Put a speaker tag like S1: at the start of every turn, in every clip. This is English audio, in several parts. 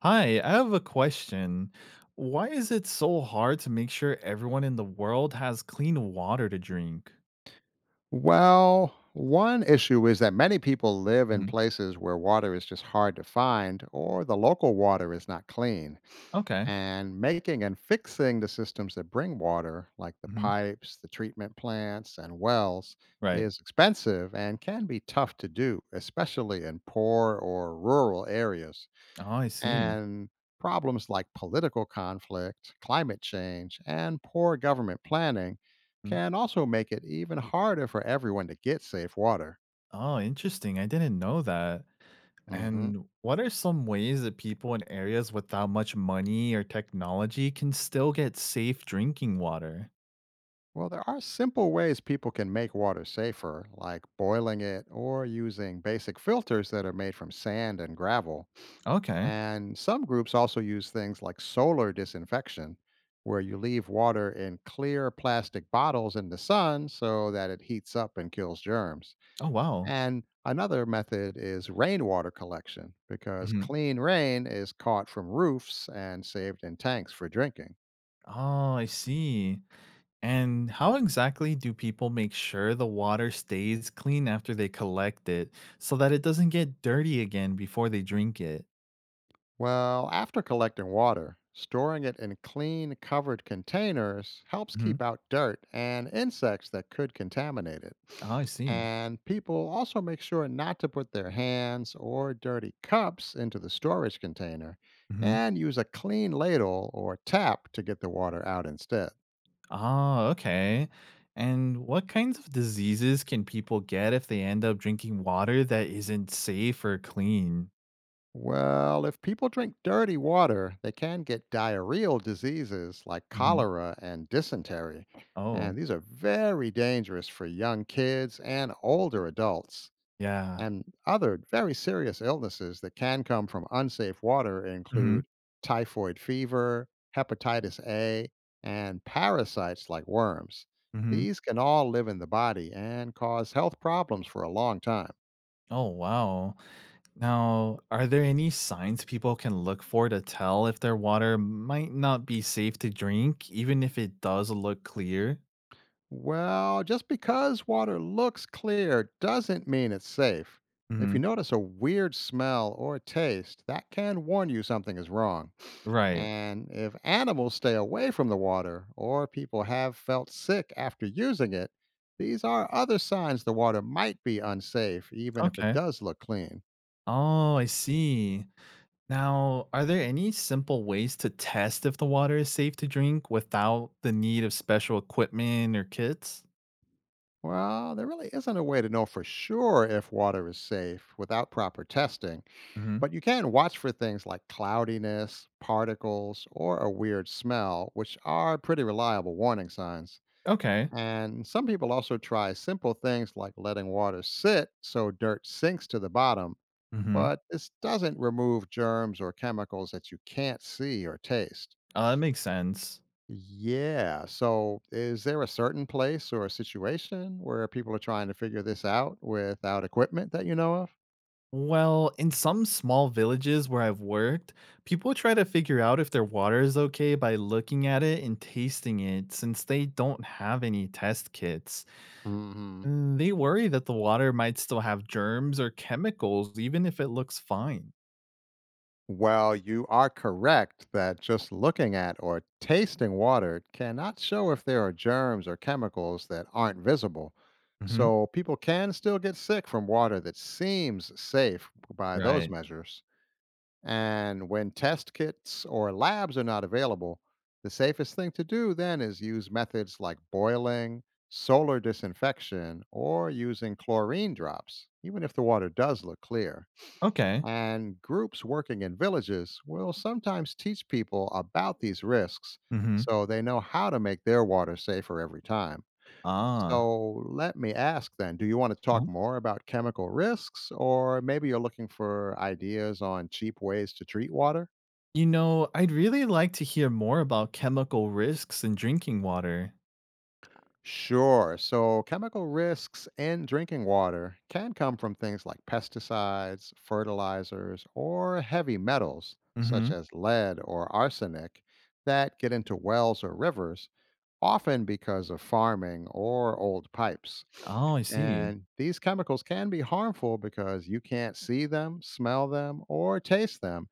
S1: Hi, I have a question. Why is it so hard to make sure everyone in the world has clean water to drink?
S2: Well, one issue is that many people live in
S1: Mhm.
S2: places where water is just hard to find or the local water is not clean.
S1: Okay.
S2: And making and fixing the systems that bring water, like the
S1: Hmm.
S2: pipes, the treatment plants, and wells,
S1: Right.
S2: is expensive and can be tough to do, especially in poor or rural areas.
S1: Oh, I see.
S2: And problems like political conflict, climate change, and poor government planning
S1: Mhm.
S2: can also make it even harder for everyone to get safe water.
S1: Oh, interesting. I didn't know that.
S2: Mhm.
S1: And what are some ways that people in areas without much money or technology can still get safe drinking water?
S2: Well, there are simple ways people can make water safer, like boiling it or using basic filters that are made from sand and gravel.
S1: Okay.
S2: And some groups also use things like solar disinfection, where you leave water in clear plastic bottles in the sun so that it heats up and kills germs.
S1: Oh, wow.
S2: And another method is rainwater collection because
S1: Mhm.
S2: clean rain is caught from roofs and saved in tanks for drinking.
S1: Oh, I see. And how exactly do people make sure the water stays clean after they collect it so that it doesn't get dirty again before they drink it?
S2: Well, after collecting water, storing it in clean, covered containers helps
S1: Hmm.
S2: keep out dirt and insects that could contaminate it.
S1: Oh, I see.
S2: And people also make sure not to put their hands or dirty cups into the storage container
S1: Hmm.
S2: and use a clean ladle or tap to get the water out instead.
S1: Oh, okay. And what kinds of diseases can people get if they end up drinking water that isn't safe or clean?
S2: Well, if people drink dirty water, they can get diarrheal diseases like
S1: Hmm.
S2: cholera and dysentery.
S1: Oh,
S2: And these are very dangerous for young kids and older adults.
S1: yeah.
S2: And other very serious illnesses that can come from unsafe water
S1: Hmm.
S2: include typhoid fever, hepatitis A, and parasites like worms.
S1: Hmm.
S2: These can all live in the body and cause health problems for a long time.
S1: Oh, wow. Now, are there any signs people can look for to tell if their water might not be safe to drink, even if it does look clear?
S2: Well, just because water looks clear doesn't mean it's safe. If
S1: Hmm.
S2: you notice a weird smell or taste, that can warn you something is wrong.
S1: Right.
S2: And if animals stay away from the water or people have felt sick after using it, these are other signs the water might be unsafe, even if it
S1: Okay.
S2: does look clean.
S1: Oh, I see. Now, are there any simple ways to test if the water is safe to drink without the need of special equipment or kits?
S2: Well, there really isn't a way to know for sure if water is safe without proper testing.
S1: Hmm.
S2: But you can watch for things like cloudiness, particles, or a weird smell, which are pretty reliable warning signs.
S1: Okay.
S2: And some people also try simple things like letting water sit so dirt sinks to the bottom,
S1: Hmm.
S2: but this doesn't remove germs or chemicals that you can't see or taste.
S1: That makes sense.
S2: Yeah, so is there a certain place or a situation where people are trying to figure this out without equipment that you know of?
S1: Well, in some small villages where I've worked, people try to figure out if their water is okay by looking at it and tasting it since they don't have any test kits.
S2: hmm
S1: And they worry that the water might still have germs or chemicals even if it looks fine.
S2: Well, you are correct that just looking at or tasting water cannot show if there are germs or chemicals that aren't visible.
S1: Hmm.
S2: So people can still get sick from water that seems safe by those
S1: Right.
S2: measures. And when test kits or labs are not available, the safest thing to do then is use methods like boiling, solar disinfection, or using chlorine drops, even if the water does look clear.
S1: Okay.
S2: And groups working in villages will sometimes teach people about these risks
S1: Hmm.
S2: so they know how to make their water safer every time.
S1: Ah.
S2: So let me ask then, do you want to talk
S1: Uh-huh.
S2: more about chemical risks, or maybe you're looking for ideas on cheap ways to treat water?
S1: You know, I'd really like to hear more about chemical risks in drinking water.
S2: Sure. So, chemical risks in drinking water can come from things like pesticides, fertilizers, or heavy metals
S1: Hmm.
S2: such as lead or arsenic that get into wells or rivers, often because of farming or old pipes.
S1: Oh, I see.
S2: And these chemicals can be harmful because you can't see them, smell them, or taste them,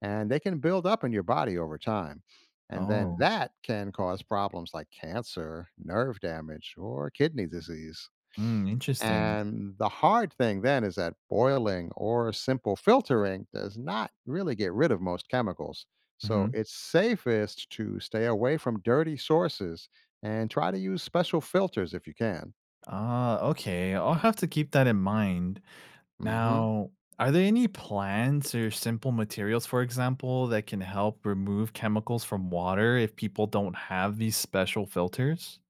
S2: and they can build up in your body over time. And then
S1: Oh,
S2: that can cause problems like cancer, nerve damage, or kidney disease.
S1: mm, interesting.
S2: And the hard thing then is that boiling or simple filtering does not really get rid of most chemicals.
S1: Hmm.
S2: So it's safest to stay away from dirty sources and try to use special filters if you can.
S1: Ah, okay. I'll have to keep that in mind.
S2: hmm
S1: Now, are there any plants or simple materials, for example, that can help remove chemicals from water if people don't have these special filters?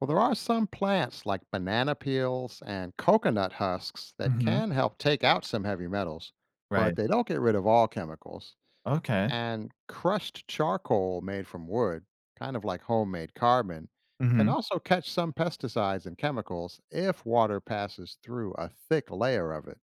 S2: Well, there are some plants like banana peels and coconut husks that
S1: Mm-hmm.
S2: can help take out some heavy metals, but
S1: Right.
S2: they don't get rid of all chemicals.
S1: Okay.
S2: And crushed charcoal made from wood, kind of like homemade carbon, can
S1: Mm-hmm.
S2: also catch some pesticides and chemicals if water passes through a thick layer of it.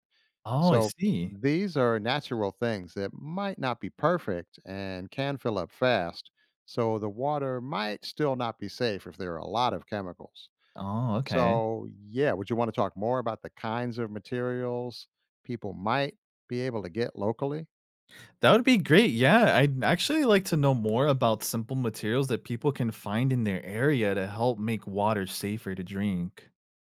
S1: Oh, I
S2: So
S1: see.
S2: these are natural things that might not be perfect and can fill up fast. So the water might still not be safe if there are a lot of chemicals.
S1: Oh, okay.
S2: So, yeah, would you want to talk more about the kinds of materials people might be able to get locally?
S1: That would be great. Yeah, I'd actually like to know more about simple materials that people can find in their area to help make water safer to drink.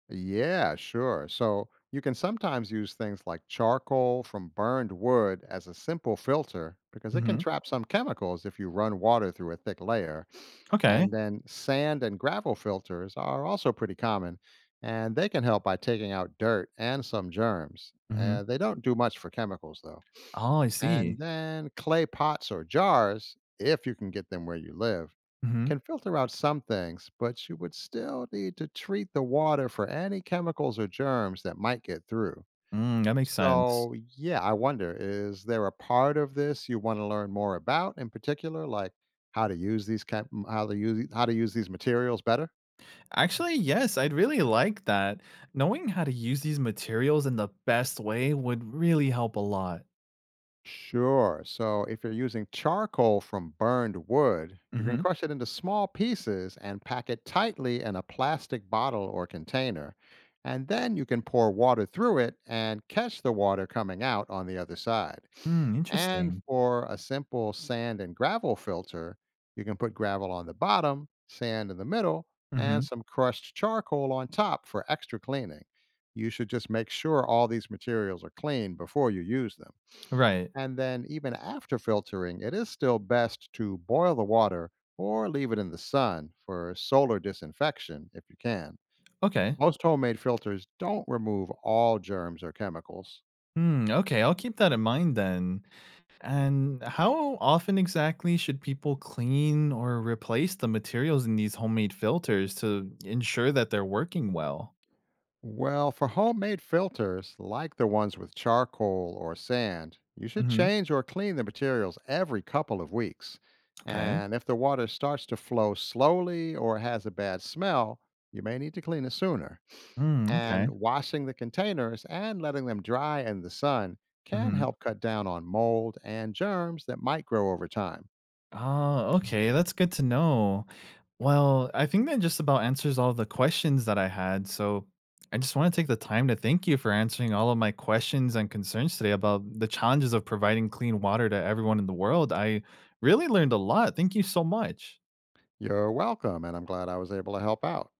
S2: Yeah, sure. So, you can sometimes use things like charcoal from burned wood as a simple filter because it can
S1: Mm-hmm.
S2: trap some chemicals if you run water through a thick layer.
S1: Okay.
S2: And then sand and gravel filters are also pretty common, and they can help by taking out dirt and some germs.
S1: Mm-hmm.
S2: They don't do much for chemicals, though.
S1: Oh, I
S2: And
S1: see.
S2: then clay pots or jars, if you can get them where you live,
S1: Mm-hmm.
S2: can filter out some things, but you would still need to treat the water for any chemicals or germs that might get through.
S1: Mm, that makes sense.
S2: So, yeah, I wonder, is there a part of this you want to learn more about in particular, like how to how to use these materials better?
S1: Actually, yes, I'd really like that. Knowing how to use these materials in the best way would really help a lot.
S2: Sure. So if you're using charcoal from burned wood, you can
S1: Hmm.
S2: crush it into small pieces and pack it tightly in a plastic bottle or container. And then you can pour water through it and catch the water coming out on the other side.
S1: Mm,
S2: And
S1: interesting.
S2: for a simple sand and gravel filter, you can put gravel on the bottom, sand in the middle, and
S1: Hmm.
S2: some crushed charcoal on top for extra cleaning. You should just make sure all these materials are clean before you use them.
S1: Right.
S2: And then, even after filtering, it is still best to boil the water or leave it in the sun for solar disinfection if you can.
S1: Okay.
S2: Most homemade filters don't remove all germs or chemicals.
S1: Mm, okay, I'll keep that in mind then. And how often exactly should people clean or replace the materials in these homemade filters to ensure that they're working well?
S2: Well, for homemade filters, like the ones with charcoal or sand, you should
S1: Hmm.
S2: change or clean the materials every couple of weeks.
S1: Okay.
S2: And if the water starts to flow slowly or has a bad smell, you may need to clean it sooner.
S1: Mm,
S2: And
S1: okay.
S2: washing the containers and letting them dry in the sun can
S1: Mm-hmm.
S2: help cut down on mold and germs that might grow over time.
S1: Oh, okay, that's good to know. Well, I think that just about answers all the questions that I had. So I just want to take the time to thank you for answering all of my questions and concerns today about the challenges of providing clean water to everyone in the world. I really learned a lot. Thank you so much.
S2: You're welcome, and I'm glad I was able to help out.